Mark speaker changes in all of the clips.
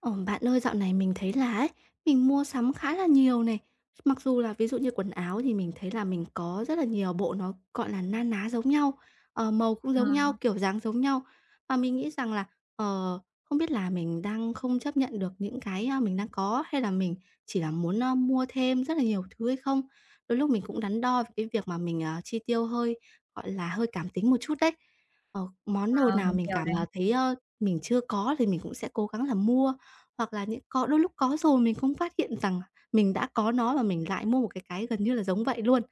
Speaker 1: Ồ, bạn ơi, dạo này mình thấy là ấy, mình mua sắm khá là nhiều này. Mặc dù là ví dụ như quần áo thì mình thấy là mình có rất là nhiều bộ nó, gọi là, na ná giống nhau, màu cũng
Speaker 2: Ờ,
Speaker 1: giống nhau, kiểu dáng giống nhau. Và mình nghĩ rằng là, ờ, không biết là mình đang không chấp nhận được những cái, mình đang có hay là mình chỉ là muốn, mua thêm rất là nhiều thứ hay không? Đôi lúc mình cũng đắn đo về cái việc mà mình, chi tiêu hơi, gọi là, hơi cảm tính một chút đấy. Ờ, món đồ
Speaker 2: ờ,
Speaker 1: nào
Speaker 2: mình
Speaker 1: mình
Speaker 2: hiểu
Speaker 1: cảm,
Speaker 2: này.
Speaker 1: thấy, mình chưa có thì mình cũng sẽ cố gắng là mua hoặc là những có đôi lúc có rồi mình không phát hiện rằng mình đã có nó và mình lại mua một cái gần như là giống vậy luôn.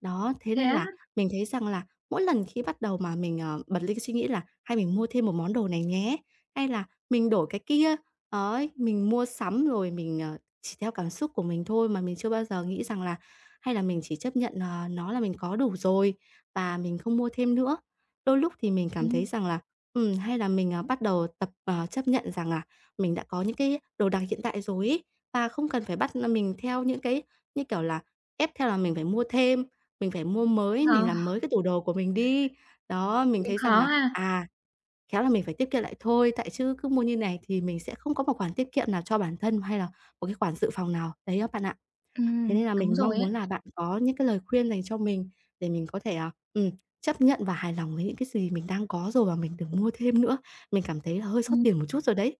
Speaker 1: Đó, thế
Speaker 2: Thế
Speaker 1: nên
Speaker 2: á?
Speaker 1: là mình thấy rằng là mỗi lần khi bắt đầu mà mình, bật lên cái suy nghĩ là "Hay mình mua thêm một món đồ này nhé", hay là "Mình đổi cái kia", ấy, mình mua sắm rồi mình, chỉ theo cảm xúc của mình thôi mà mình chưa bao giờ nghĩ rằng là hay là mình chỉ chấp nhận, nó là mình có đủ rồi và mình không mua thêm nữa. Đôi lúc thì mình cảm thấy
Speaker 2: Ừm.
Speaker 1: rằng là, hay là mình, bắt đầu tập, chấp nhận rằng là mình đã có những cái đồ đạc hiện đại rồi ấy, và không cần phải bắt là mình theo những cái, như kiểu là, ép theo là mình phải mua thêm, mình phải mua mới, mình
Speaker 2: Ờ,
Speaker 1: làm mới cái tủ đồ của mình đi. Đó, mình
Speaker 2: cũng
Speaker 1: thấy rằng
Speaker 2: khó
Speaker 1: là,
Speaker 2: ha.
Speaker 1: khéo là mình phải tiết kiệm lại thôi, tại chứ cứ mua như này thì mình sẽ không có một khoản tiết kiệm nào cho bản thân hay là một cái khoản dự phòng nào. Đấy các bạn ạ. Thế nên
Speaker 2: Ừm.
Speaker 1: là
Speaker 2: Đúng
Speaker 1: mình mong
Speaker 2: rồi ấy.
Speaker 1: muốn là bạn có những cái lời khuyên dành cho mình để mình có thể, chấp nhận và hài lòng với những cái gì mình đang có rồi và mình đừng mua thêm nữa. Mình cảm thấy là hơi xót
Speaker 2: Ừm.
Speaker 1: tiền một chút rồi đấy.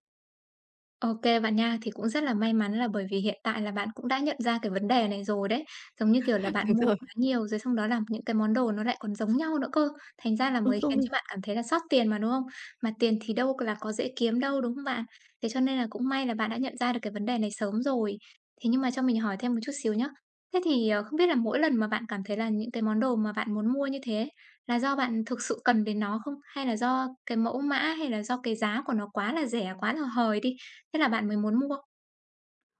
Speaker 2: OK bạn nha. Thì cũng rất là may mắn là bởi vì hiện tại là bạn cũng đã nhận ra cái vấn đề này rồi đấy. Giống như, kiểu là, bạn
Speaker 1: Đúng
Speaker 2: mua
Speaker 1: rồi.
Speaker 2: quá nhiều rồi xong đó là những cái món đồ nó lại còn giống nhau nữa cơ, thành ra là
Speaker 1: Đúng
Speaker 2: mới khiến
Speaker 1: rồi.
Speaker 2: cho bạn cảm thấy là sót tiền mà, đúng không? Mà tiền thì đâu là có dễ kiếm đâu, đúng không bạn? Thế cho nên là cũng may là bạn đã nhận ra được cái vấn đề này sớm rồi. Thế nhưng mà cho mình hỏi thêm một chút xíu nhá. Thế thì, không biết là mỗi lần mà bạn cảm thấy là những cái món đồ mà bạn muốn mua như thế là do bạn thực sự cần đến nó không? Hay là do cái mẫu mã hay là do cái giá của nó quá là rẻ, quá là hời đi, thế là bạn mới muốn mua?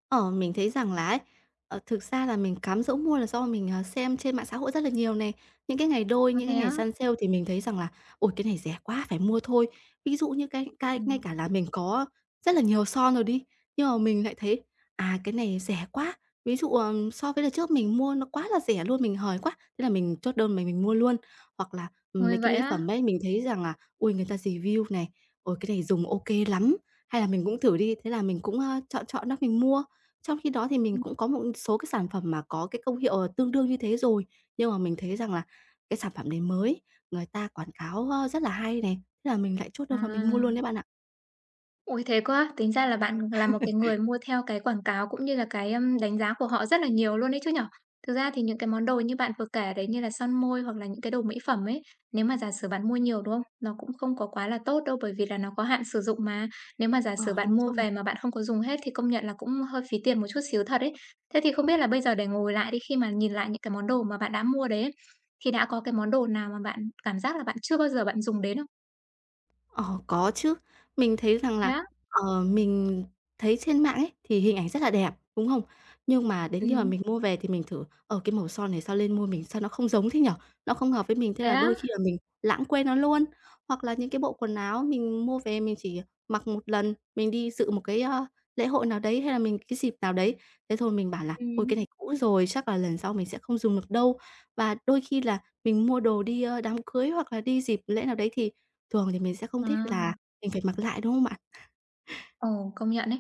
Speaker 1: Ờ, mình thấy rằng là ấy, thực ra là mình cám dỗ mua là do mình, xem trên mạng xã hội rất là nhiều này. Những cái ngày đôi,
Speaker 2: A,
Speaker 1: những cái
Speaker 2: thế
Speaker 1: ngày
Speaker 2: á?
Speaker 1: săn sale thì mình thấy rằng là "Ôi, cái này rẻ quá, phải mua thôi." Ví dụ như cái ngay
Speaker 2: Ừm,
Speaker 1: cả là mình có rất là nhiều son rồi đi, nhưng mà mình lại thấy, cái này rẻ quá. Ví dụ, so với đợt trước mình mua nó quá là rẻ luôn, mình hời quá, thế là mình chốt đơn mình mua luôn. Hoặc là, mấy
Speaker 2: ôi,
Speaker 1: cái
Speaker 2: vậy
Speaker 1: mỹ
Speaker 2: á?
Speaker 1: phẩm ấy, mình thấy rằng là ui người ta review này, ôi, cái này dùng ok lắm." Hay là mình cũng thử đi, thế là mình cũng, chọn chọn đó mình mua. Trong khi đó thì mình
Speaker 2: Ừm.
Speaker 1: cũng có một số cái sản phẩm mà có cái công hiệu, tương đương như thế rồi, nhưng mà mình thấy rằng là cái sản phẩm đấy mới, người ta quảng cáo, rất là hay này, thế là mình lại chốt đơn và mình mua luôn đấy
Speaker 2: À.
Speaker 1: bạn ạ.
Speaker 2: Ôi, thế quá! Tính ra là bạn là một cái người mua theo cái quảng cáo cũng như là cái, đánh giá của họ rất là nhiều luôn đấy chứ nhỉ? Thực ra thì những cái món đồ như bạn vừa kể đấy, như là son môi hoặc là những cái đồ mỹ phẩm ấy, nếu mà giả sử bạn mua nhiều, đúng không? Nó cũng không có quá là tốt đâu, bởi vì là nó có hạn sử dụng mà. Nếu mà giả sử
Speaker 1: Ờ,
Speaker 2: bạn
Speaker 1: đúng
Speaker 2: mua
Speaker 1: rồi.
Speaker 2: về mà bạn không có dùng hết thì công nhận là cũng hơi phí tiền một chút xíu thật ấy. Thế thì không biết là bây giờ để ngồi lại đi, khi mà nhìn lại những cái món đồ mà bạn đã mua đấy ấy, thì đã có cái món đồ nào mà bạn cảm giác là bạn chưa bao giờ bạn dùng đến không?
Speaker 1: Ờ, có chứ. Mình thấy rằng
Speaker 2: Thế
Speaker 1: là,
Speaker 2: á?
Speaker 1: mình thấy trên mạng ấy, thì hình ảnh rất là đẹp, đúng không? Nhưng mà đến khi mà
Speaker 2: Ừm,
Speaker 1: mình mua về thì mình thử, cái màu son này sao lên môi mình sao nó không giống thế nhở? Nó không hợp với mình, thế
Speaker 2: thế
Speaker 1: là
Speaker 2: á?
Speaker 1: đôi khi là mình lãng quên nó luôn. Hoặc là những cái bộ quần áo mình mua về mình chỉ mặc một lần, mình đi dự một cái, lễ hội nào đấy, hay là mình cái dịp nào đấy, thế thôi mình bảo là "Ôi,
Speaker 2: Ừm,
Speaker 1: cái này cũ rồi, chắc là lần sau mình sẽ không dùng được đâu." Và đôi khi là mình mua đồ đi, đám cưới hoặc là đi dịp lễ nào đấy thì thường thì mình sẽ không thích là
Speaker 2: à.
Speaker 1: mình phải mặc lại, đúng không bạn?
Speaker 2: Ồ, công nhận ấy.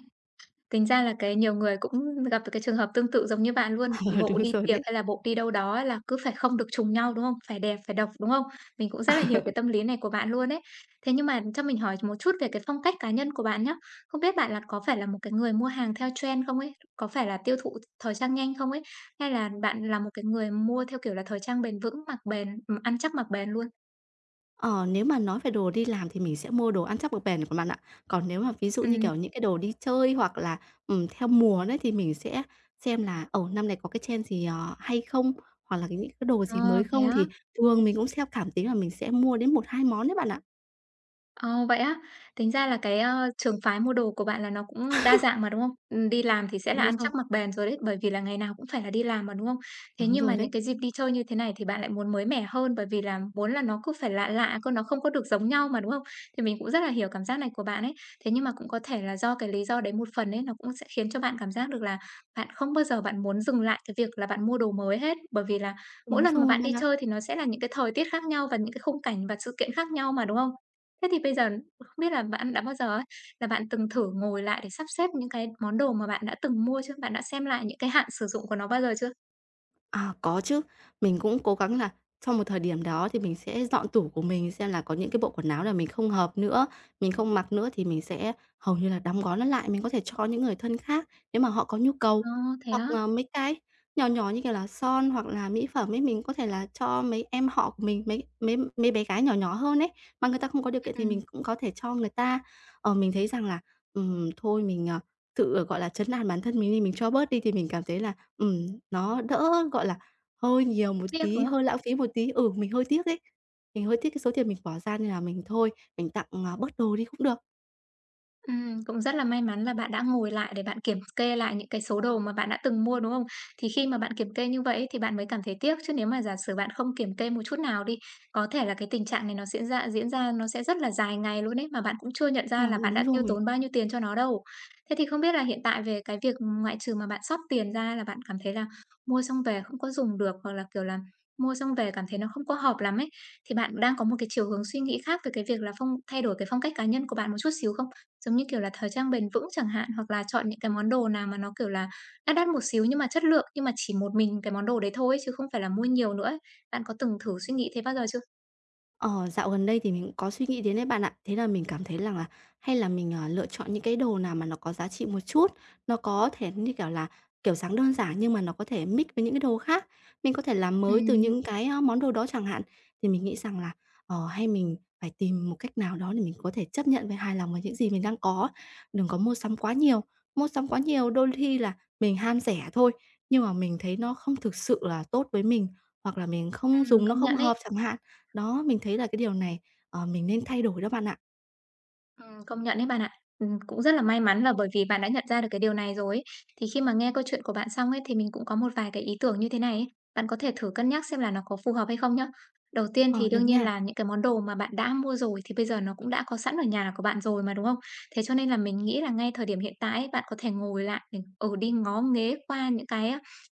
Speaker 2: Tính ra là cái nhiều người cũng gặp được cái trường hợp tương tự giống như bạn luôn.
Speaker 1: Ờ, đúng
Speaker 2: Bộ đi
Speaker 1: rồi
Speaker 2: tiệc
Speaker 1: đấy.
Speaker 2: hay là bộ đi đâu đó ấy là cứ phải không được trùng nhau, đúng không? Phải đẹp, phải độc, đúng không? Mình cũng rất là hiểu cái tâm lý này của bạn luôn ấy. Thế nhưng mà cho mình hỏi một chút về cái phong cách cá nhân của bạn nhá. Không biết bạn là có phải là một cái người mua hàng theo trend không ấy? Có phải là tiêu thụ thời trang nhanh không ấy? Hay là bạn là một cái người mua theo kiểu là thời trang bền vững, mặc bền, ăn chắc mặc bền luôn?
Speaker 1: Ờ, nếu mà nói về đồ đi làm thì mình sẽ mua đồ ăn chắc mặc bền của bạn ạ. Còn nếu mà ví dụ như,
Speaker 2: Ừm.
Speaker 1: kiểu, những cái đồ đi chơi hoặc là, theo mùa đấy thì mình sẽ xem là, năm này có cái trend gì, hay không? Hoặc là những cái đồ
Speaker 2: Ờ,
Speaker 1: gì mới
Speaker 2: thế
Speaker 1: không?
Speaker 2: á?
Speaker 1: Thì thường mình cũng theo cảm tính là mình sẽ mua đến một hai món đấy bạn ạ.
Speaker 2: Ồ, vậy á? Tính ra là cái, trường phái mua đồ của bạn là nó cũng đa dạng mà, đúng không? Đi làm thì sẽ là
Speaker 1: Đúng
Speaker 2: ăn
Speaker 1: rồi,
Speaker 2: chắc mặc bền rồi đấy, bởi vì là ngày nào cũng phải là đi làm mà, đúng không? Thế
Speaker 1: đúng
Speaker 2: nhưng
Speaker 1: rồi
Speaker 2: mà
Speaker 1: đấy,
Speaker 2: những cái dịp đi chơi như thế này thì bạn lại muốn mới mẻ hơn, bởi vì là muốn là nó cứ phải lạ lạ cơ, nó không có được giống nhau mà, đúng không? Thì mình cũng rất là hiểu cảm giác này của bạn ấy. Thế nhưng mà cũng có thể là do cái lý do đấy một phần ấy, nó cũng sẽ khiến cho bạn cảm giác được là bạn không bao giờ bạn muốn dừng lại cái việc là bạn mua đồ mới hết, bởi vì là mỗi
Speaker 1: đúng
Speaker 2: lần mà
Speaker 1: rồi
Speaker 2: bạn
Speaker 1: bạn
Speaker 2: đi
Speaker 1: ạ.
Speaker 2: chơi thì nó sẽ là những cái thời tiết khác nhau và những cái khung cảnh và sự kiện khác nhau mà, đúng không? Thế thì bây giờ không biết là bạn đã bao giờ ấy, là bạn từng thử ngồi lại để sắp xếp những cái món đồ mà bạn đã từng mua chưa? Bạn đã xem lại những cái hạn sử dụng của nó bao giờ chưa?
Speaker 1: À, có chứ. Mình cũng cố gắng là trong một thời điểm đó thì mình sẽ dọn tủ của mình xem là có những cái bộ quần áo là mình không hợp nữa, mình không mặc nữa thì mình sẽ hầu như là đóng gói nó lại, mình có thể cho những người thân khác nếu mà họ có nhu cầu.
Speaker 2: Ờ, thế
Speaker 1: Hoặc
Speaker 2: á?
Speaker 1: là mấy cái nhỏ nhỏ như kiểu là son hoặc là mỹ phẩm ấy, mình có thể là cho mấy em họ của mình, mấy mấy mấy bé gái nhỏ nhỏ hơn ấy, mà người ta không có điều kiện
Speaker 2: Ừm,
Speaker 1: thì mình
Speaker 2: ừm.
Speaker 1: cũng có thể cho người ta. Ờ, mình thấy rằng là, thôi mình, tự, gọi là, trấn an bản thân mình đi, mình cho bớt đi thì mình cảm thấy là nó đỡ, gọi là, hơi nhiều một
Speaker 2: Tiếc, đúng
Speaker 1: tí, hơi
Speaker 2: không?
Speaker 1: lãng phí một tí. Ừ, mình hơi tiếc ấy, mình hơi tiếc cái số tiền mình bỏ ra nên là mình thôi, mình tặng, bớt đồ đi cũng được.
Speaker 2: Cũng rất là may mắn là bạn đã ngồi lại để bạn kiểm kê lại những cái số đồ mà bạn đã từng mua, đúng không? Thì khi mà bạn kiểm kê như vậy ấy, thì bạn mới cảm thấy tiếc, chứ nếu mà giả sử bạn không kiểm kê một chút nào đi, có thể là cái tình trạng này nó diễn ra nó sẽ rất là dài ngày luôn ấy, mà bạn cũng chưa nhận
Speaker 1: Ờ,
Speaker 2: ra là bạn
Speaker 1: đúng
Speaker 2: đã tiêu
Speaker 1: rồi.
Speaker 2: tốn bao nhiêu tiền cho nó đâu. Thế thì không biết là hiện tại về cái việc ngoại trừ mà bạn xót tiền ra là bạn cảm thấy là mua xong về không có dùng được, hoặc là, kiểu là, mua xong về cảm thấy nó không có hợp lắm ấy, thì bạn đang có một cái chiều hướng suy nghĩ khác về cái việc là thay đổi cái phong cách cá nhân của bạn một chút xíu không? Giống như kiểu là thời trang bền vững chẳng hạn, hoặc là chọn những cái món đồ nào mà nó, kiểu là, đắt đắt một xíu nhưng mà chất lượng, nhưng mà chỉ một mình cái món đồ đấy thôi ấy, chứ không phải là mua nhiều nữa ấy. Bạn có từng thử suy nghĩ thế bao giờ chưa?
Speaker 1: Ờ, dạo gần đây thì mình cũng có suy nghĩ đến đấy bạn ạ. Thế là mình cảm thấy rằng là hay là mình, lựa chọn những cái đồ nào mà nó có giá trị một chút, nó có thể, như kiểu là, kiểu dáng đơn giản nhưng mà nó có thể mix với những cái đồ khác. Mình có thể làm mới từ
Speaker 2: Ừm.
Speaker 1: những cái, món đồ đó chẳng hạn. Thì mình nghĩ rằng là, hay mình phải tìm một cách nào đó để mình có thể chấp nhận với hài lòng với những gì mình đang có, đừng có mua sắm quá nhiều. Mua sắm quá nhiều đôi khi là mình ham rẻ thôi, nhưng mà mình thấy nó không thực sự là tốt với mình, hoặc là mình không dùng nó
Speaker 2: Công
Speaker 1: không
Speaker 2: nhận ấy.
Speaker 1: hợp chẳng hạn. Đó, mình thấy là cái điều này, mình nên thay đổi đó bạn ạ.
Speaker 2: Công nhận đấy bạn ạ. Cũng rất là may mắn là bởi vì bạn đã nhận ra được cái điều này rồi ấy. Thì khi mà nghe câu chuyện của bạn xong ấy, thì mình cũng có một vài cái ý tưởng như thế này ấy. Bạn có thể thử cân nhắc xem là nó có phù hợp hay không nhá. Đầu tiên
Speaker 1: Ờ,
Speaker 2: thì
Speaker 1: được
Speaker 2: đương nhiên
Speaker 1: nha.
Speaker 2: là những cái món đồ mà bạn đã mua rồi thì bây giờ nó cũng đã có sẵn ở nhà của bạn rồi mà, đúng không? Thế cho nên là mình nghĩ là ngay thời điểm hiện tại ấy, bạn có thể ngồi lại để, đi ngó nghế qua những cái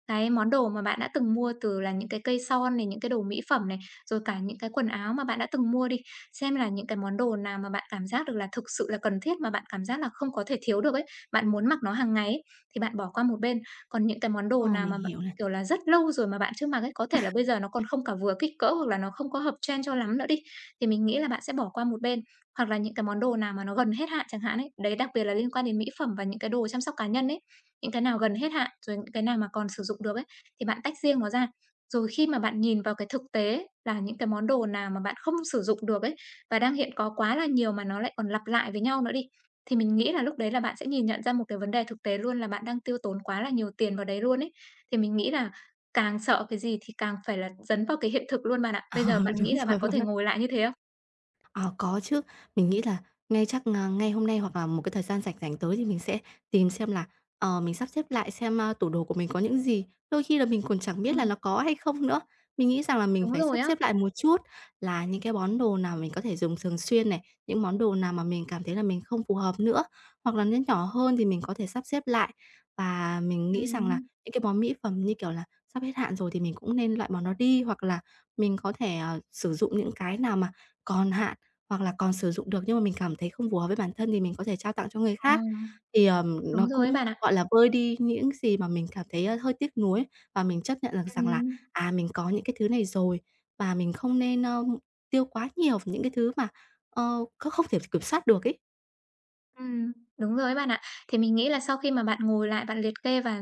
Speaker 2: cái món đồ mà bạn đã từng mua từ là những cái cây son này, những cái đồ mỹ phẩm này, rồi cả những cái quần áo mà bạn đã từng mua đi xem là những cái món đồ nào mà bạn cảm giác được là thực sự là cần thiết mà bạn cảm giác là không có thể thiếu được ấy, bạn muốn mặc nó hàng ngày ấy, thì bạn bỏ qua một bên. Còn những cái món
Speaker 1: Ờ,
Speaker 2: đồ nào
Speaker 1: mình
Speaker 2: mà bạn,
Speaker 1: hiểu này.
Speaker 2: kiểu là, rất lâu rồi mà bạn chưa mặc ấy, có thể là bây giờ nó còn không cả vừa kích cỡ hoặc là nó không có hợp trend cho lắm nữa đi, thì mình nghĩ là bạn sẽ bỏ qua một bên. Hoặc là những cái món đồ nào mà nó gần hết hạn chẳng hạn ấy, đấy đặc biệt là liên quan đến mỹ phẩm và những cái đồ chăm sóc cá nhân ấy, những cái nào gần hết hạn, rồi những cái nào mà còn sử dụng được ấy, thì bạn tách riêng nó ra. Rồi khi mà bạn nhìn vào cái thực tế là những cái món đồ nào mà bạn không sử dụng được ấy, và đang hiện có quá là nhiều mà nó lại còn lặp lại với nhau nữa đi, thì mình nghĩ là lúc đấy là bạn sẽ nhìn nhận ra một cái vấn đề thực tế luôn là bạn đang tiêu tốn quá là nhiều tiền vào đấy luôn ấy. Thì mình nghĩ là càng sợ cái gì thì càng phải là dấn vào cái hiện thực luôn bạn ạ.
Speaker 1: Ờ,
Speaker 2: Bây giờ bạn nghĩ
Speaker 1: đúng
Speaker 2: là
Speaker 1: rồi
Speaker 2: bạn có
Speaker 1: bạn
Speaker 2: thể
Speaker 1: ạ.
Speaker 2: ngồi lại như thế không?
Speaker 1: Ờ, có chứ. Mình nghĩ là ngay chắc, ngay hôm nay hoặc là một cái thời gian rảnh rảnh tới thì mình sẽ tìm xem là, mình sắp xếp lại xem, tủ đồ của mình có những gì. Đôi khi là mình còn chẳng biết là
Speaker 2: Ừm.
Speaker 1: nó có hay không nữa. Mình nghĩ rằng là mình
Speaker 2: Đúng
Speaker 1: phải
Speaker 2: rồi
Speaker 1: sắp
Speaker 2: á.
Speaker 1: xếp lại một chút là những cái món đồ nào mình có thể dùng thường xuyên này, những món đồ nào mà mình cảm thấy là mình không phù hợp nữa, hoặc là nó nhỏ hơn thì mình có thể sắp xếp lại. Và mình nghĩ rằng là
Speaker 2: Ừm.
Speaker 1: những cái món mỹ phẩm như kiểu là sắp hết hạn rồi thì mình cũng nên loại bỏ nó đi, hoặc là mình có thể, sử dụng những cái nào mà còn hạn hoặc là còn sử dụng được nhưng mà mình cảm thấy không phù hợp với bản thân thì mình có thể trao tặng cho người
Speaker 2: Ờ,
Speaker 1: khác. Thì, nó
Speaker 2: đúng rồi ấy
Speaker 1: cũng,
Speaker 2: bạn ạ.
Speaker 1: gọi là, vơi đi những gì mà mình cảm thấy, hơi tiếc nuối và mình chấp nhận được rằng là,
Speaker 2: Ừm.
Speaker 1: mình có những cái thứ này rồi và mình không nên, tiêu quá nhiều vào những cái thứ mà, không thể kiểm soát được ấy.
Speaker 2: Ừm, đúng rồi ấy bạn ạ. Thì mình nghĩ là sau khi mà bạn ngồi lại bạn liệt kê và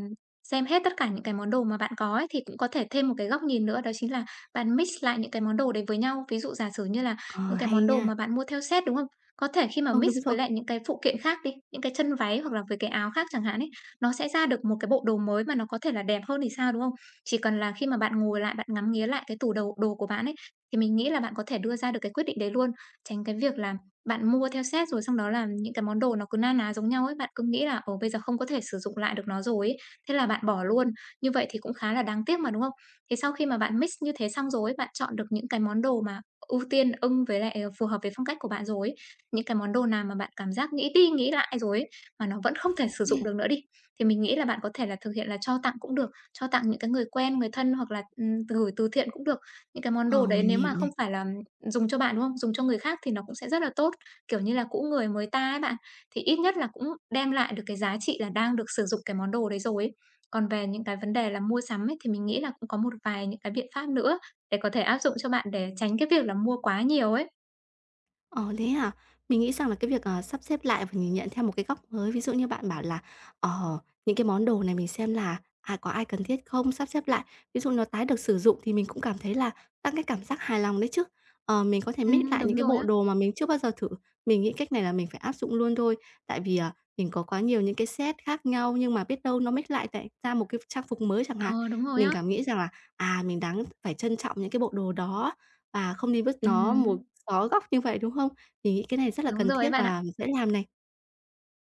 Speaker 2: xem hết tất cả những cái món đồ mà bạn có ấy, thì cũng có thể thêm một cái góc nhìn nữa, đó chính là bạn mix lại những cái món đồ đấy với nhau. Ví dụ giả sử như là
Speaker 1: Ờ,
Speaker 2: những cái
Speaker 1: hay
Speaker 2: món đồ
Speaker 1: nha.
Speaker 2: mà bạn mua theo set, đúng không? Có thể khi mà
Speaker 1: Ờ,
Speaker 2: mix
Speaker 1: đúng rồi.
Speaker 2: với lại những cái phụ kiện khác đi, những cái chân váy hoặc là với cái áo khác chẳng hạn ấy, nó sẽ ra được một cái bộ đồ mới mà nó có thể là đẹp hơn thì sao, đúng không? Chỉ cần là khi mà bạn ngồi lại, bạn ngắm nghía lại cái tủ đầu đồ của bạn ấy, thì mình nghĩ là bạn có thể đưa ra được cái quyết định đấy luôn, tránh cái việc là bạn mua theo set rồi xong đó là những cái món đồ nó cứ na ná giống nhau ấy, bạn cứ nghĩ là, ồ bây giờ không có thể sử dụng lại được nó rồi ấy, thế là bạn bỏ luôn. Như vậy thì cũng khá là đáng tiếc mà, đúng không? Thì sau khi mà bạn mix như thế xong rồi ấy, bạn chọn được những cái món đồ mà ưu tiên ưng với lại, phù hợp với phong cách của bạn rồi ấy, những cái món đồ nào mà bạn cảm giác nghĩ đi nghĩ lại rồi ấy, mà nó vẫn không thể sử dụng được nữa đi, thì mình nghĩ là bạn có thể là thực hiện là cho tặng cũng được, cho tặng những cái người quen, người thân hoặc là, gửi từ thiện cũng được. Những cái món đồ
Speaker 1: Ờ,
Speaker 2: đấy
Speaker 1: mình
Speaker 2: nếu mà
Speaker 1: hiểu này.
Speaker 2: không phải là ừ, dùng cho bạn, đúng không? Dùng cho người khác thì nó cũng sẽ rất là tốt. Kiểu như là, cũ người mới ta ấy bạn, thì ít nhất là cũng đem lại được cái giá trị là đang được sử dụng cái món đồ đấy rồi ấy. Còn về những cái vấn đề là mua sắm ấy, thì mình nghĩ là cũng có một vài những cái biện pháp nữa để có thể áp dụng cho bạn để tránh cái việc là mua quá nhiều ấy.
Speaker 1: Ờ, thế hả? Mình nghĩ rằng là cái việc, sắp xếp lại và nhìn nhận theo một cái góc mới, ví dụ như bạn bảo là, ờ, những cái món đồ này mình xem là, có ai cần thiết không, sắp xếp lại, ví dụ nó tái được sử dụng thì mình cũng cảm thấy là tăng cái cảm giác hài lòng đấy chứ. Ờ, mình có thể mix lại những
Speaker 2: Đúng
Speaker 1: cái
Speaker 2: rồi
Speaker 1: bộ
Speaker 2: á.
Speaker 1: đồ mà mình chưa bao giờ thử, mình nghĩ cách này là mình phải áp dụng luôn thôi, tại vì, mình có quá nhiều những cái set khác nhau nhưng mà biết đâu nó mix lại thành ra một cái trang phục mới chẳng hạn.
Speaker 2: Ờ, đúng rồi
Speaker 1: Mình
Speaker 2: á.
Speaker 1: cảm nghĩ rằng là, mình đáng phải trân trọng những cái bộ đồ đó, và không đi vứt nó
Speaker 2: Ừm,
Speaker 1: một xó góc như vậy, đúng không? Mình nghĩ cái này rất là
Speaker 2: đúng
Speaker 1: cần
Speaker 2: rồi
Speaker 1: thiết
Speaker 2: ấy bạn ạ.
Speaker 1: và mình sẽ làm này.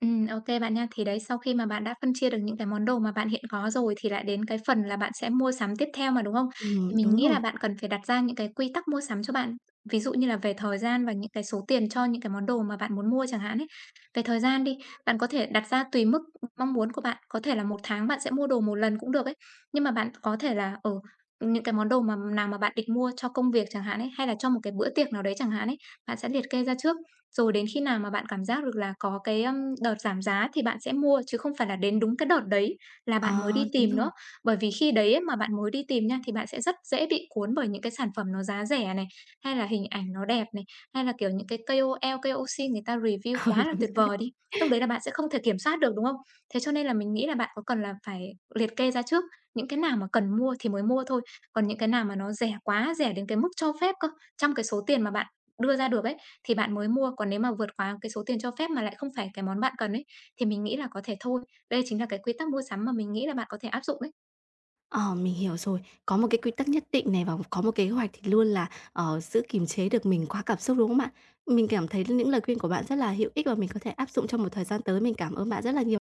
Speaker 2: Ô bạn nha. Thì đấy, sau khi mà bạn đã phân chia được những cái món đồ mà bạn hiện có rồi thì lại đến cái phần là bạn sẽ mua sắm tiếp theo mà, đúng không? Thì mình
Speaker 1: Đúng
Speaker 2: nghĩ
Speaker 1: rồi.
Speaker 2: là bạn cần phải đặt ra những cái quy tắc mua sắm cho bạn, ví dụ như là về thời gian và những cái số tiền cho những cái món đồ mà bạn muốn mua chẳng hạn ấy. Về thời gian đi, bạn có thể đặt ra tùy mức mong muốn của bạn, có thể là một tháng bạn sẽ mua đồ một lần cũng được ấy. Nhưng mà bạn có thể là, ở những cái món đồ mà nào mà bạn định mua cho công việc chẳng hạn ấy, hay là cho một cái bữa tiệc nào đấy chẳng hạn ấy, bạn sẽ liệt kê ra trước. Rồi đến khi nào mà bạn cảm giác được là có cái, đợt giảm giá thì bạn sẽ mua, chứ không phải là đến đúng cái đợt đấy là bạn mới đi
Speaker 1: Ờ, đúng
Speaker 2: tìm
Speaker 1: rồi.
Speaker 2: nữa. Bởi vì khi đấy ấy mà bạn mới đi tìm nha, thì bạn sẽ rất dễ bị cuốn bởi những cái sản phẩm nó giá rẻ này, hay là hình ảnh nó đẹp này, hay là, kiểu, những cái KOL, KOC người ta review
Speaker 1: Ờ,
Speaker 2: quá là
Speaker 1: đúng
Speaker 2: tuyệt
Speaker 1: rồi đấy.
Speaker 2: vời đi. Lúc đấy là bạn sẽ không thể kiểm soát được, đúng không? Thế cho nên là mình nghĩ là bạn có cần là phải liệt kê ra trước những cái nào mà cần mua thì mới mua thôi, còn những cái nào mà nó rẻ quá, rẻ đến cái mức cho phép cơ, trong cái số tiền mà bạn đưa ra được ấy, thì bạn mới mua, còn nếu mà vượt quá cái số tiền cho phép mà lại không phải cái món bạn cần ấy, thì mình nghĩ là có thể thôi. Đây chính là cái quy tắc mua sắm mà mình nghĩ là bạn có thể áp dụng đấy.
Speaker 1: Ờ, mình hiểu rồi. Có một cái quy tắc nhất định này và có một kế hoạch thì luôn là, giữ kiềm chế được mình quá cảm xúc, đúng không bạn? Mình cảm thấy những lời khuyên của bạn rất là hữu ích và mình có thể áp dụng trong một thời gian tới. Mình cảm ơn bạn rất là nhiều.